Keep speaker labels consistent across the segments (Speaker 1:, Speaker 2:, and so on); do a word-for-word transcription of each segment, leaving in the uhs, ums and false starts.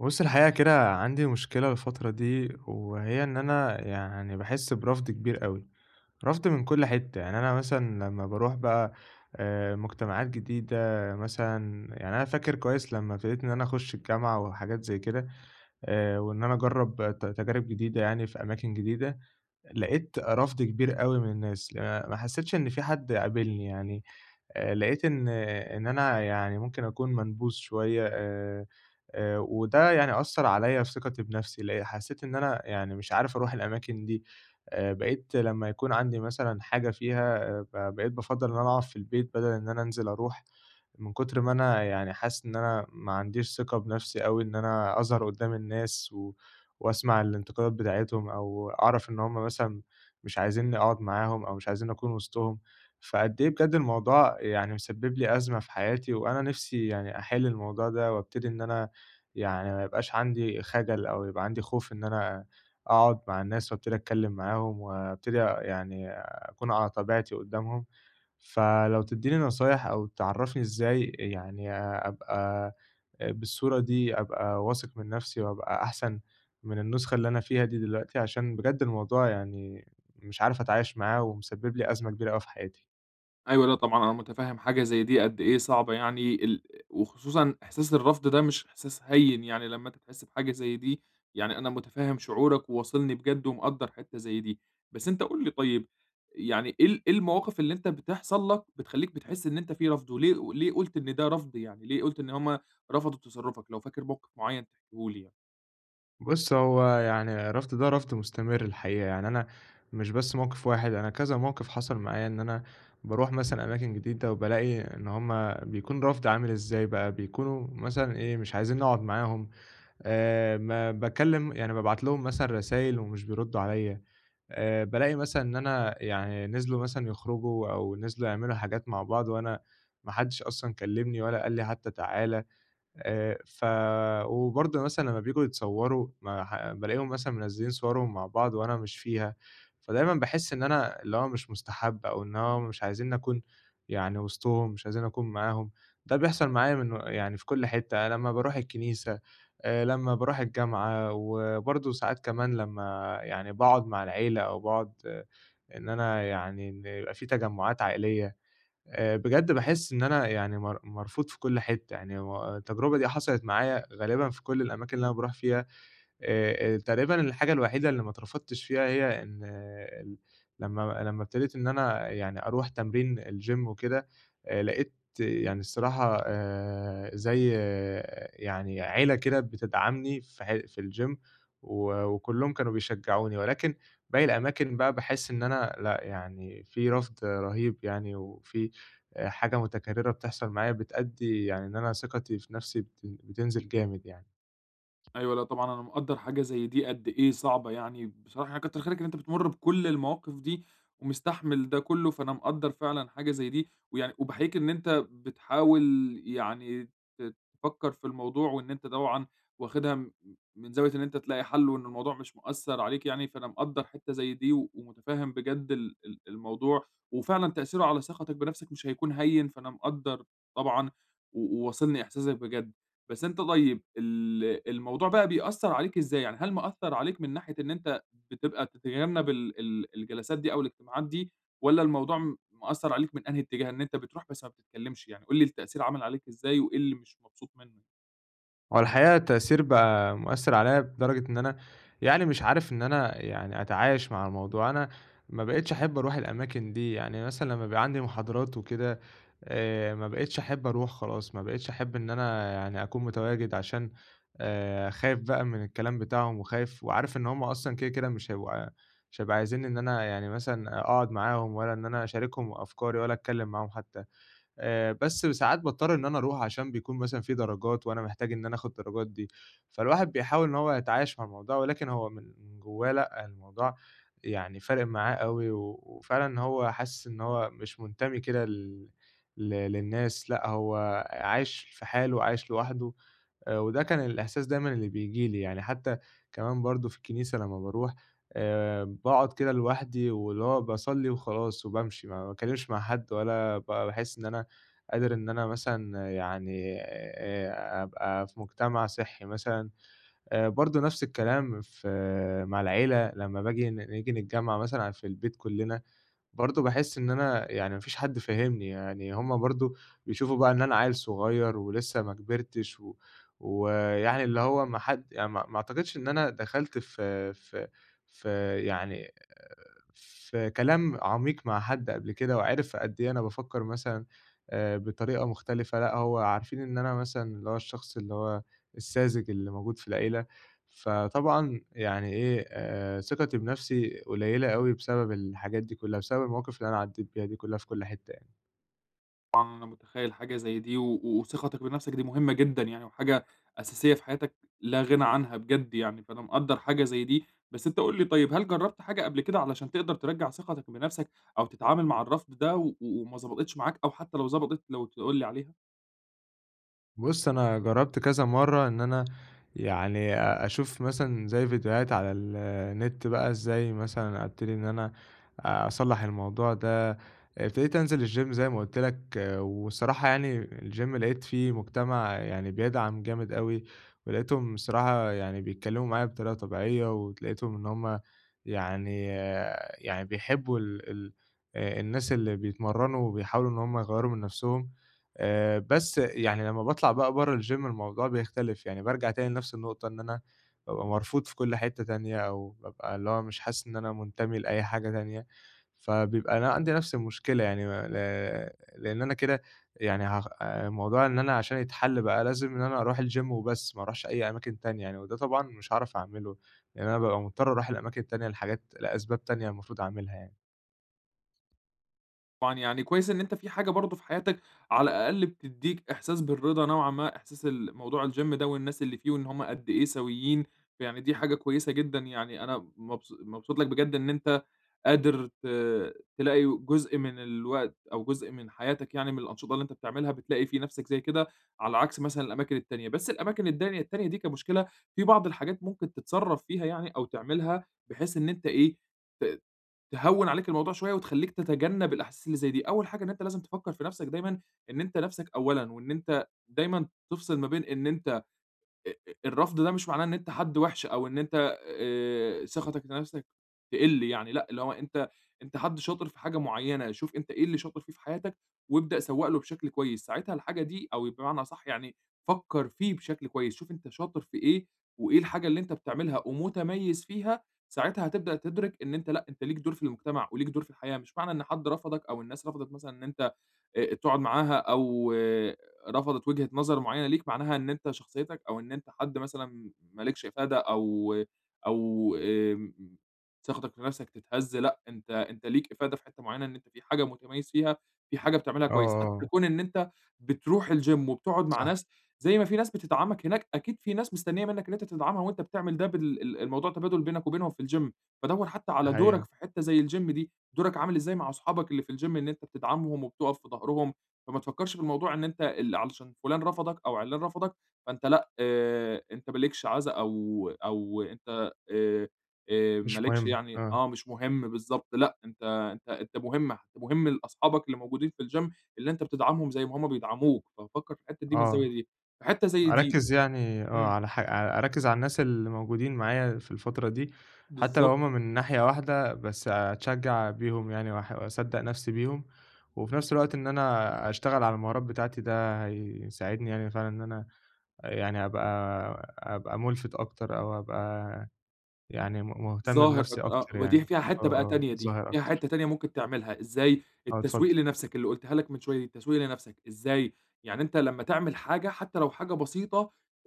Speaker 1: بُص، الحقيقة كده عندي مشكلة الفترة دي، وهي إن أنا يعني باحس برفض كبير أوي، رفض من كل حتة. يعني أنا مثلًا لمّا باروح بقى آآ مجتمعات جديدة مثلًا، يعني أنا فاكر كويس لمّا ابتديت إن أنا أخش الجامعة وحاجات زي كده، آآ وإن أنا أجرب ت تجارب جديدة يعني في أماكن جديدة، لقيت رفض كبير أوي من الناس، آآ ما حسيتش إن في حد قابلني يعني، آآ لقيت إن إن أنا يعني ممكن أكون منبوذ شوية آآ آآ وده يعني أثّر عليّا في ثقتي بنَفْسي، ل حسّيت إن أنا يعني مش عارف أروح الأماكن دي، آآ بقيت لمّا يكون عندي مثلًا حاجة فيها آه، ب بقيت بافضّل إن أنا أقعد في البيت بدل إن أنا أنزل أروح. من كتر ما أنا يعني حاسس إن أنا ما عنديش ثقة بنفسي أوي، إن أنا أظهر قدّام الناس و وأسمع الانتقادات بتاعتهم أو أعرف إن هم مثلًا مش عايزينّي أقعد معاهم أو مش عايزينّي أكون وسطهم. فقد إيه بجد الموضوع يعني مسبب لي أزمة في حياتي، وأنا نِفْسي يعني أحِل الموضوع ده وأبتدي إن أنا يعني ما يبقاش عندي خجل أو يبقى عندي خوف، إن أنا أقعد مع الناس وأبتدي أتكلّم معاهم وأبتدي يعني أكون على طبيعتي قدّامهم. فلو تدّيني نصايح أو تعرّفني إزاي يعني أبقى بالصورة دي، أبقى واثق من نَفْسي وأبقى أحسن من النسخة اللي أنا فيها دي دلوقتي، عشان بجد الموضوع يعني مش عارف أتعايش معاه ومسبب لي أزمة كبيرة أوي في حياتي.
Speaker 2: أيوه، لأ طبعًا أنا متفهّم حاجة زي دي قد إيه صعبة. يعني ال وخصوصًا إحساس الرفض ده مش إحساس هيّن، يعني لمّا أنت تحس بحاجة زي دي، يعني أنا متفهّم شعورك وواصلني بجد ومقدّر حتّة زي دي، بس أنت قُل لي طيب، يعني إيه ال إيه المواقف اللي أنت بتحصل لك بتخلّيك بتحس إن أنت في رفض، وليه وليه قُلت إن ده رفض يعني، ليه قُلت إن هُم رفضوا تصرُّفك؟ لو فاكر موقف معيّن تحكيه لي يعني.
Speaker 1: بُص، هو يعني الرفض ده رفض مستمر الحقيقة، يعني أنا مش بس موقِف واحد، أنا كذا موقِف حصل معايا، إن أنا باروح مثلًا أماكن جديدة وبالاقي إن هم بيكون رفض عامل إزاي بقى، بيكونوا مثلًا إيه، مش عايزين نقعد معاهم. آآ ما باكلّم يعني بابعت لهم مثلًا رسايل ومش بيردّوا عليّا، آآ بالاقي مثلًا إن أنا يعني نزلوا مثلًا يخرجوا أو نزلوا يعملوا حاجات مع بعض وأنا ما حدّش أصلًا كلّمني ولا قال لي حتى تعالَ. آآ ف وبرضه مثلًا لمّا بييجوا يتصوّروا ما ح بالاقيهم مثلًا منزّلين صورهم مع بعض وأنا مش فيها، فدايمًا باحس إن أنا اللي هو مش مُستحَب أو إن هو مش عايزينّي أكون يعني وسطهم، مش عايزينّي أكون معاهم. ده بيحصل معايا من يعني في كل حتّة، لمّا باروح الكنيسة، آآ لمّا باروح الجامعة، وبرضه ساعات كمان لمّا يعني باقعد مع العيلة أو باقعد إن أنا يعني إن يبقى في تجمُّعات عائلية. آآ بجد باحس إن أنا يعني مر مرفوض في كل حتّة، يعني و التجربة دي حصلت معايا غالبًا في كل الأماكن اللي أنا باروح فيها. آآ، آآ، تقريبًا الحاجة الوحيدة اللي ما اترفضتش فيها هي إن ال لمّا لمّا ابتديت إن أنا يعني أروح تمرين الgym وكده، آآ، لقيت يعني الصراحة، آآ، زي يعني عيلة كده بتدعمني في ح في الgym، و وكلّهم كانوا بيشجعوني، ولكن باقي الأماكن بقى باحس إن أنا لأ، يعني في رفض رهيب يعني، وفي آآ، حاجة متكررة بتحصل معايا بتأدي يعني إن أنا ثقتي في نفسي بت بتنزل جامد يعني.
Speaker 2: أيوه، لأ طبعًا أنا مقدّر حاجة زي دي قد إيه صعبة يعني، بصراحة يعني كتّر خيرك إن أنت بتمُر بكل المواقف دي ومستحمل ده كلّه، فأنا مقدّر فعلًا حاجة زي دي، ويعني وباحييك إن أنت بتحاول يعني ت تفكّر في الموضوع، وإن أنت طبعًا واخدها م من زاوية إن أنت تلاقي حَل وإن الموضوع مش مأثّر عليك يعني، فأنا مقدّر حتّة زي دي ومُتفهِّم بجد ال ال الموضوع وفعلًا تأثيره على ثقتك بنَفْسك مش هيكون هيّن، فأنا مقدّر طبعًا، و وواصلني إحساسك بجد. بس أنت طيب ال الموضوع بقى بيأثّر عليك إزاي؟ يعني هل مأثّر عليك من ناحية إن أنت بتبقى تتجنب ال ال الجلسات دي أو الاجتماعات دي، والّا الموضوع م مأثّر عليك من أنهي اتجاه؟ إن أنت بتروح بس ما بتتكلّمش، يعني قُل لي التأثير عمل عليك إزاي وإيه اللي مش مبسوط منّه؟
Speaker 1: هو الحقيقة التأثير بقى مؤثّر عليَّ بدرجة إن أنا يعني مش عارف إن أنا يعني أتعايش مع الموضوع. أنا ما بقيتش أحب أروح الأماكن دي، يعني مثلًا لمّا بيبقى عندي محاضرات وكده، آآ، ما بقيتش أحب أروح خلاص، ما بقيتش أحب إن أنا يعني أكون متواجد، عشان آآ، خايف بقى من الكلام بتاعهم وخايف وعارف إن هُم أصلًا كده، كده مش هيبقوا مش هيبقوا عايزينّي إن أنا يعني مثلًا أقعد معاهم ولا إن أنا أشاركهم أفكاري ولا أتكلّم معاهم حتى. آآ، بس ساعات باضطر إن أنا أروح عشان بيكون مثلًا في درجات، وأنا محتاج إن أنا آخد الدرجات دي، فالواحد بيحاول إن هو يتعايش مع الموضوع، ولكن هو من من جوّاه لأ، الموضوع يعني فارق معاه أوي، و وفعلًا هو حاسس إن هو مش منتمي كده لل ل للناس، لأ هو عايش في حاله، عايش لوحده. آآ وده كان الإحساس دايمًا اللي بييجي لي، يعني حتى كمان برضه في الكنيسة لمّا باروح آآ باقعد كده لوحدي واللي هو باصلّي وخلاص وبامشي، ما باتكلمش مع حد ولا ب باحس إن أنا قادر إن أنا مثلًا يعني آآ أبقى في مجتمع صحّي مثلًا. آآ برضه نفس الكلام في مع العيلة لمّا باجي ن نيجي نتجمّع مثلًا في البيت كُلّنا، برضه باحس إن أنا يعني ما فيش حد فاهمني، يعني هُم برضه بيشوفوا بقى إن أنا عيل صغير ولسه ما كبرتش، و ويعني اللي هو ما حد يعني ما ما أعتقدش إن أنا دخلت في في في يعني آآ في كلام عميق مع حد قبل كده وعِرف قد إيه أنا بافكّر مثلًا آآ بطريقة مختلفة، لأ هو عارفين إن أنا مثلًا اللي هو الشخص اللي هو الساذج اللي موجود في العيلة. فطبعًا يعني إيه، آآ ثقتي بنَفْسي قليّلة أوي بسبب الحاجات دي كُلّها، بسبب المواقف اللي أنا عدّيت بيها دي كُلّها في كل حتّة يعني.
Speaker 2: طبعًا أنا متخيّل حاجة زي دي، و و- وثقتك بنَفْسك دي مهمة جدًا يعني، وحاجة أساسية في حياتك لا غنى عنها بجد يعني، فأنا مقدّر حاجة زي دي، بس أنت قُل لي طيب، هل جرّبت حاجة قبل كده علشان تقدر ترجّع ثقتك بنَفْسك أو تتعامل مع الرفض ده و و- وما ضبطتش معاك، أو حتى لو ضبطت لو تقول لي عليها؟
Speaker 1: بُص، أنا جرّبت كذا مرّة إن أنا يعني أ أشوف مثلًا زي فيديوهات على النت بقى إزاي مثلًا أبتدي إن أنا أصلّح الموضوع ده. ابتديت أنزل الgym زي ما قُلت لك، آه، والصراحة يعني الgym لقيت فيه مجتمع يعني بيدعم جامد أوي، ولقيتهم الصراحة يعني بيتكلّموا معايا بطريقة طبيعية، ولقيتهم إن هُم يعني آه، يعني بيحبّوا ال ال آآ الناس اللي بيتمرّنوا وبيحاولوا إن هُم يغيّروا من نَفْسهم. آآ بس يعني لمّا باطلع بقى برّه الgym الموضوع بيختلف، يعني بارجع تاني لنفس النقطة، إن أنا بابقى مرفوض في كل حتّة تانية أو بابقى اللي هو مش حاسس إن أنا منتمي لأي حاجة تانية، فبيبقى أنا عندي نفس المشكلة يعني ل لإن أنا كده يعني هاخ آآ موضوع إن أنا عشان يتحل بقى لازم إن أنا أروح الgym وبس، ما أروحش أي أماكن تانية يعني، وده طبعًا مش هاعرف أعمله، لإن أنا بابقى مضطر أروح الأماكن التانية لحاجات لأسباب تانية المفروض أعملها يعني.
Speaker 2: طبعًا يعني كويس إن أنت في حاجة برضه في حياتك على الأقل بتدّيك إحساس بالرضا نوعًا ما، إحساس ال موضوع الgym ده والناس اللي فيه وإن هم قد إيه سويّين، فيعني دي حاجة كويسة جدًا يعني، أنا مبس مبسوط لك بجد إن أنت قادر ت تلاقي جزء من الوقت أو جزء من حياتك يعني من الأنشطة اللي أنت بتعملها بتلاقي في نَفْسك زي كده، على عكس مثلًا الأماكن التانية، بس الأماكن الدانية التانية دي كمشكلة في بعض الحاجات ممكن تتصرّف فيها يعني أو تعملها بحيث إن أنت إيه، ت تهوّن عليك الموضوع شوية وتخلّيك تتجنّب الأحاسيس اللي زي دي. أول حاجة إن أنت لازم تفكّر في نَفْسك دايمًا إن أنت نَفْسك أولًا، وإن أنت دايمًا تفصل ما بين إن أنت أ أ الرفض ده مش معناه إن أنت حد وِحِش، أو إن أنت آآ ثقتك في نَفْسك تقِل يعني، لأ، اللي هو أنت أنت حد شاطر في حاجة معيّنة، شوف أنت إيه اللي شاطر فيه في حياتك وابدأ سوّق له بشكل كويس، ساعتها الحاجة دي أو بمعنى أصح يعني فكّر فيه بشكل كويس، شوف أنت شاطر في إيه وإيه الحاجة اللي أنت بتعملها ومتميّز فيها، ساعتها هتبدأ تدرك إن أنت لأ، أنت ليك دور في المجتمع وليك دور في الحياة، مش معنى إن حد رفضك أو الناس رفضت مثلًا إن أنت آآ تقعد معاها، أو آه، رفضت وجهة نظر معيّنة ليك، معناها إن أنت شخصيتك أو إن أنت حد مثلًا ما لكش إفادة، أو أو آمم ثقتك في نفسك تتهز، لأ، أنت أنت ليك إفادة في حتّة معيّنة، إن أنت في حاجة متميّز فيها، في حاجة بتعملها
Speaker 1: آه،
Speaker 2: كويس. حتّى
Speaker 1: آه،
Speaker 2: كون إن أنت بتروح الgym وبتقعد مع
Speaker 1: صح،
Speaker 2: ناس زي ما في ناس بتدعمك هناك، أكيد في ناس مستنية منّك إن أنت تدعمها، وأنت بتعمل ده بال ال الموضوع تبادل بينك وبينهم في الgym، فدوّر حتّى
Speaker 1: دي
Speaker 2: على دورك
Speaker 1: حقيقة،
Speaker 2: في حتّة زي الgym دي. دورك عامل إزاي مع أصحابك اللي في الgym، إن أنت بتدعمهم وبتُقف في ضهرهم، فما تفكّرش في الموضوع إن أنت ال علشان فُلان رفضك أو عِلّان رفضك، فأنت لأ، آآ أنت ما لكش عزا، أو أو أنت آآ آآ ما
Speaker 1: مش
Speaker 2: لكش
Speaker 1: مهم،
Speaker 2: يعني
Speaker 1: آه،
Speaker 2: آه، مش مهم بالضبط، لأ، أنت أنت أنت مهم، أنت مهم لأصحابك اللي موجودين في الgym، اللي أنت بتدعمهم زي ما هم بيدعموك، ففكّر في الحتّة دي من
Speaker 1: آه.
Speaker 2: الزاوية دي. في حتّة زي دي
Speaker 1: أركّز يعني آه،
Speaker 2: إمم،
Speaker 1: على ح أركّز على الناس اللي موجودين معايا في الفترة دي، حتى لو
Speaker 2: بالضبط.
Speaker 1: هُم من ناحية واحدة، بس أتشجّع بيهم يعني وأح وأصدّق نَفْسي بيهم، وفي نَفْس الوقت إن أنا أشتغل على المهارات بتاعتي، ده هيساعدني يعني فعلًا إن أنا يعني أبقى، أبقى مُلفِت أكتر أو أبقى يعني م مهتم
Speaker 2: ظاهر
Speaker 1: بنَفْسي
Speaker 2: أكتر آه،
Speaker 1: أكتر
Speaker 2: ودي
Speaker 1: يعني.
Speaker 2: فيها
Speaker 1: آه،
Speaker 2: حتّة بقى
Speaker 1: آه،
Speaker 2: تانية دي،
Speaker 1: ظاهر
Speaker 2: فيها
Speaker 1: أكتر.
Speaker 2: حتّة تانية ممكن تعملها، إزاي
Speaker 1: آه، اتفضّل.
Speaker 2: التسويق لنفْسك اللي قُلتها لك من شوية دي، التسويق لنفْسك إزاي، يعني أنت لمّا تعمل حاجة حتّى لو حاجة بسيطة،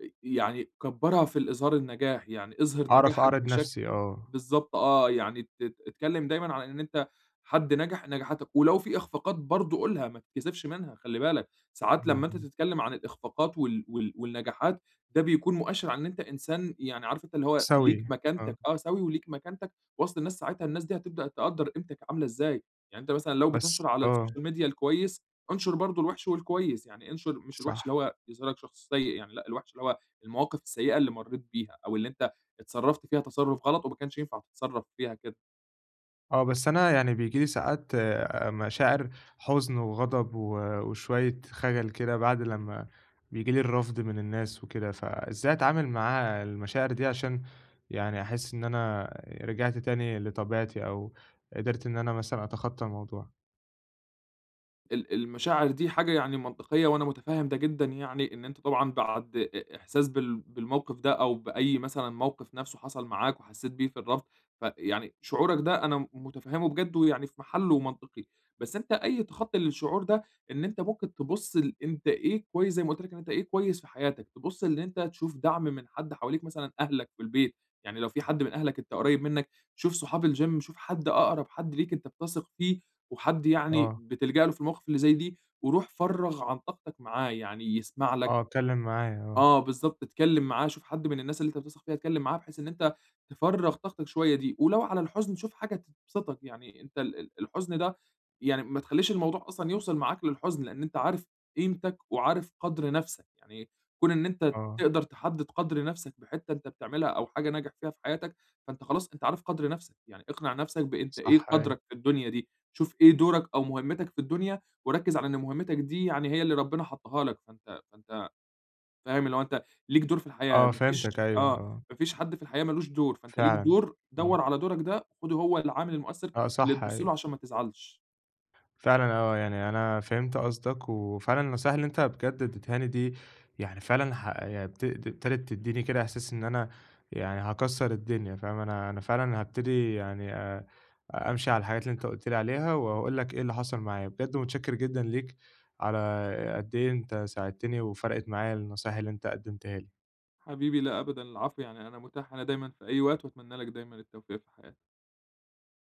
Speaker 2: آآ يعني كبّرها في الإظهار النجاح، يعني اظهر
Speaker 1: أعرف
Speaker 2: نجاحك
Speaker 1: أعرض
Speaker 2: بشكل.
Speaker 1: نَفْسي، آه.
Speaker 2: بالضبط آه، يعني ت اتكلّم دايمًا عن إن أنت حد نجح نجاحاتك، ولو في إخفاقات برضه قُلها ما تتكسفش منها، خلّي بالك، ساعات
Speaker 1: إمم،
Speaker 2: لمّا أنت
Speaker 1: إمم.
Speaker 2: تتكلّم عن الإخفاقات وال وال والنجاحات ده بيكون مؤشر على إن أنت إنسان يعني عارف أنت اللي هو ليك
Speaker 1: سَوِي، آه،
Speaker 2: مكانتك، آه، سَوي وليك مكانتك وسط الناس، ساعتها الناس دي هتبدأ تقدّر قيمتك عاملة إزاي، يعني أنت مثلًا لو
Speaker 1: بس
Speaker 2: بتنشر على
Speaker 1: آه،
Speaker 2: السوشيال ميديا الكويس، انشر برضه الوحش والكويس، يعني انشر مش الوحش اللي
Speaker 1: صح.
Speaker 2: هو يظهرك شخص سيء يعني، لأ، الوحش اللي هو المواقف السيئة اللي مرّيت بيها، أو اللي أنت اتصرّفت فيها تصرُّف غلط وما كانش ينفع تتصرّف فيها كده.
Speaker 1: آه، بس أنا يعني بييجي لي ساعات آآ، مشاعر حزن وغضب و وشوية خجل كده بعد لمّا بييجي لي الرفض من الناس وكده، فإزاي أتعامل مع المشاعر دي عشان يعني أحس إن أنا رجعت تاني لطبيعتي أو قدرت إن أنا مثلًا أتخطى الموضوع؟
Speaker 2: ال المشاعر دي حاجة يعني منطقية، وأنا متفهم ده جدًا يعني، إن أنت طبعًا بعد إ إحساس بال بالموقف ده، أو بأي مثلًا موقف نفسه حصل معاك وحسيت بيه في الربط، فيعني شعورك ده أنا متفهمه بجد، ويعني في محله ومنطقي، بس أنت أي تخطي للشعور ده، إن أنت ممكن تبُص ل أنت إيه كويس زي ما قُلت لك، إن أنت إيه كويس في حياتك، تبُص إن أنت تشوف دعم من حد حواليك، مثلًا أهلك في البيت، يعني لو في حد من أهلك أنت قريب منك، شوف صحاب الgym، شوف حد، أقرب حد ليك أنت بتثق فيه وحد يعني
Speaker 1: آه،
Speaker 2: بتلجأ له في المواقف اللي زي دي، وروح فرّغ عن طاقتك معاه، يعني يسمع لك،
Speaker 1: آه، اتكلم معاه آه،
Speaker 2: آه، بالضبط، اتكلّم معاه، شوف حد من الناس اللي أنت بتثق فيها اتكلّم معاه، بحيث إن أنت تفرّغ طاقتك شوية دي، ولو على الحزن شوف حاجة تبسطك، يعني أنت ال ال الحزن ده، يعني ما تخلّيش الموضوع أصلًا يوصل معاك للحزن، لإن أنت عارف قيمتك وعارف قدْر نَفْسك، يعني كون إن أنت
Speaker 1: آه،
Speaker 2: تقدر تحدّد قدْر نَفْسك بحتّة أنت بتعملها أو حاجة ناجح فيها في حياتك، فأنت خلاص أنت عارف قدْر نَفْسك، يعني اقنع نَفْسك بأنت إيه
Speaker 1: صح أيوه،
Speaker 2: قدْرك في الدنيا دي، شوف إيه دورك أو مهمتك في الدنيا وركّز على إن مهمتك دي يعني هي اللي ربنا حطّها لك، فأنت فأنت فاهم؟ اللي هو أنت ليك دور في الحياة،
Speaker 1: آه،
Speaker 2: ما
Speaker 1: فهمتك
Speaker 2: فيش
Speaker 1: أيوه،
Speaker 2: آه،
Speaker 1: آه،
Speaker 2: ما فيش حد في الحياة ما لوش دور، فأنت ليك
Speaker 1: فعلًا،
Speaker 2: دور،
Speaker 1: آه،
Speaker 2: دَوّر على دورك ده، خُده هو العامل المؤثر
Speaker 1: آه،
Speaker 2: اللي
Speaker 1: صح
Speaker 2: تبُص
Speaker 1: أيوه.
Speaker 2: له عشان ما تزعلش.
Speaker 1: فعلًا آه، يعني أنا فهمت قصدك، وفعلًا النصايح اللي أنت بجد اديتها لي دي يعني فعلًا ح يعني بت ابتدت تدّيني كده إحساس إن أنا يعني هاكسّر الدنيا، فاهم؟ أنا أنا فعلًا هابتدي يعني آآ أمشي على الحاجات اللي أنت قُلت لي عليها، وهاقول لك إيه اللي حصل معايا، بجد متشكر جدًا ليك على قد إيه أنت ساعدتني وفرقت معايا النصايح اللي أنت قدّمتها لي.
Speaker 2: حبيبي، لا أبدًا، العفو، يعني أنا متاح هنا دايمًا في أي وقت، وأتمنى لك دايمًا التوفيق في حياتك.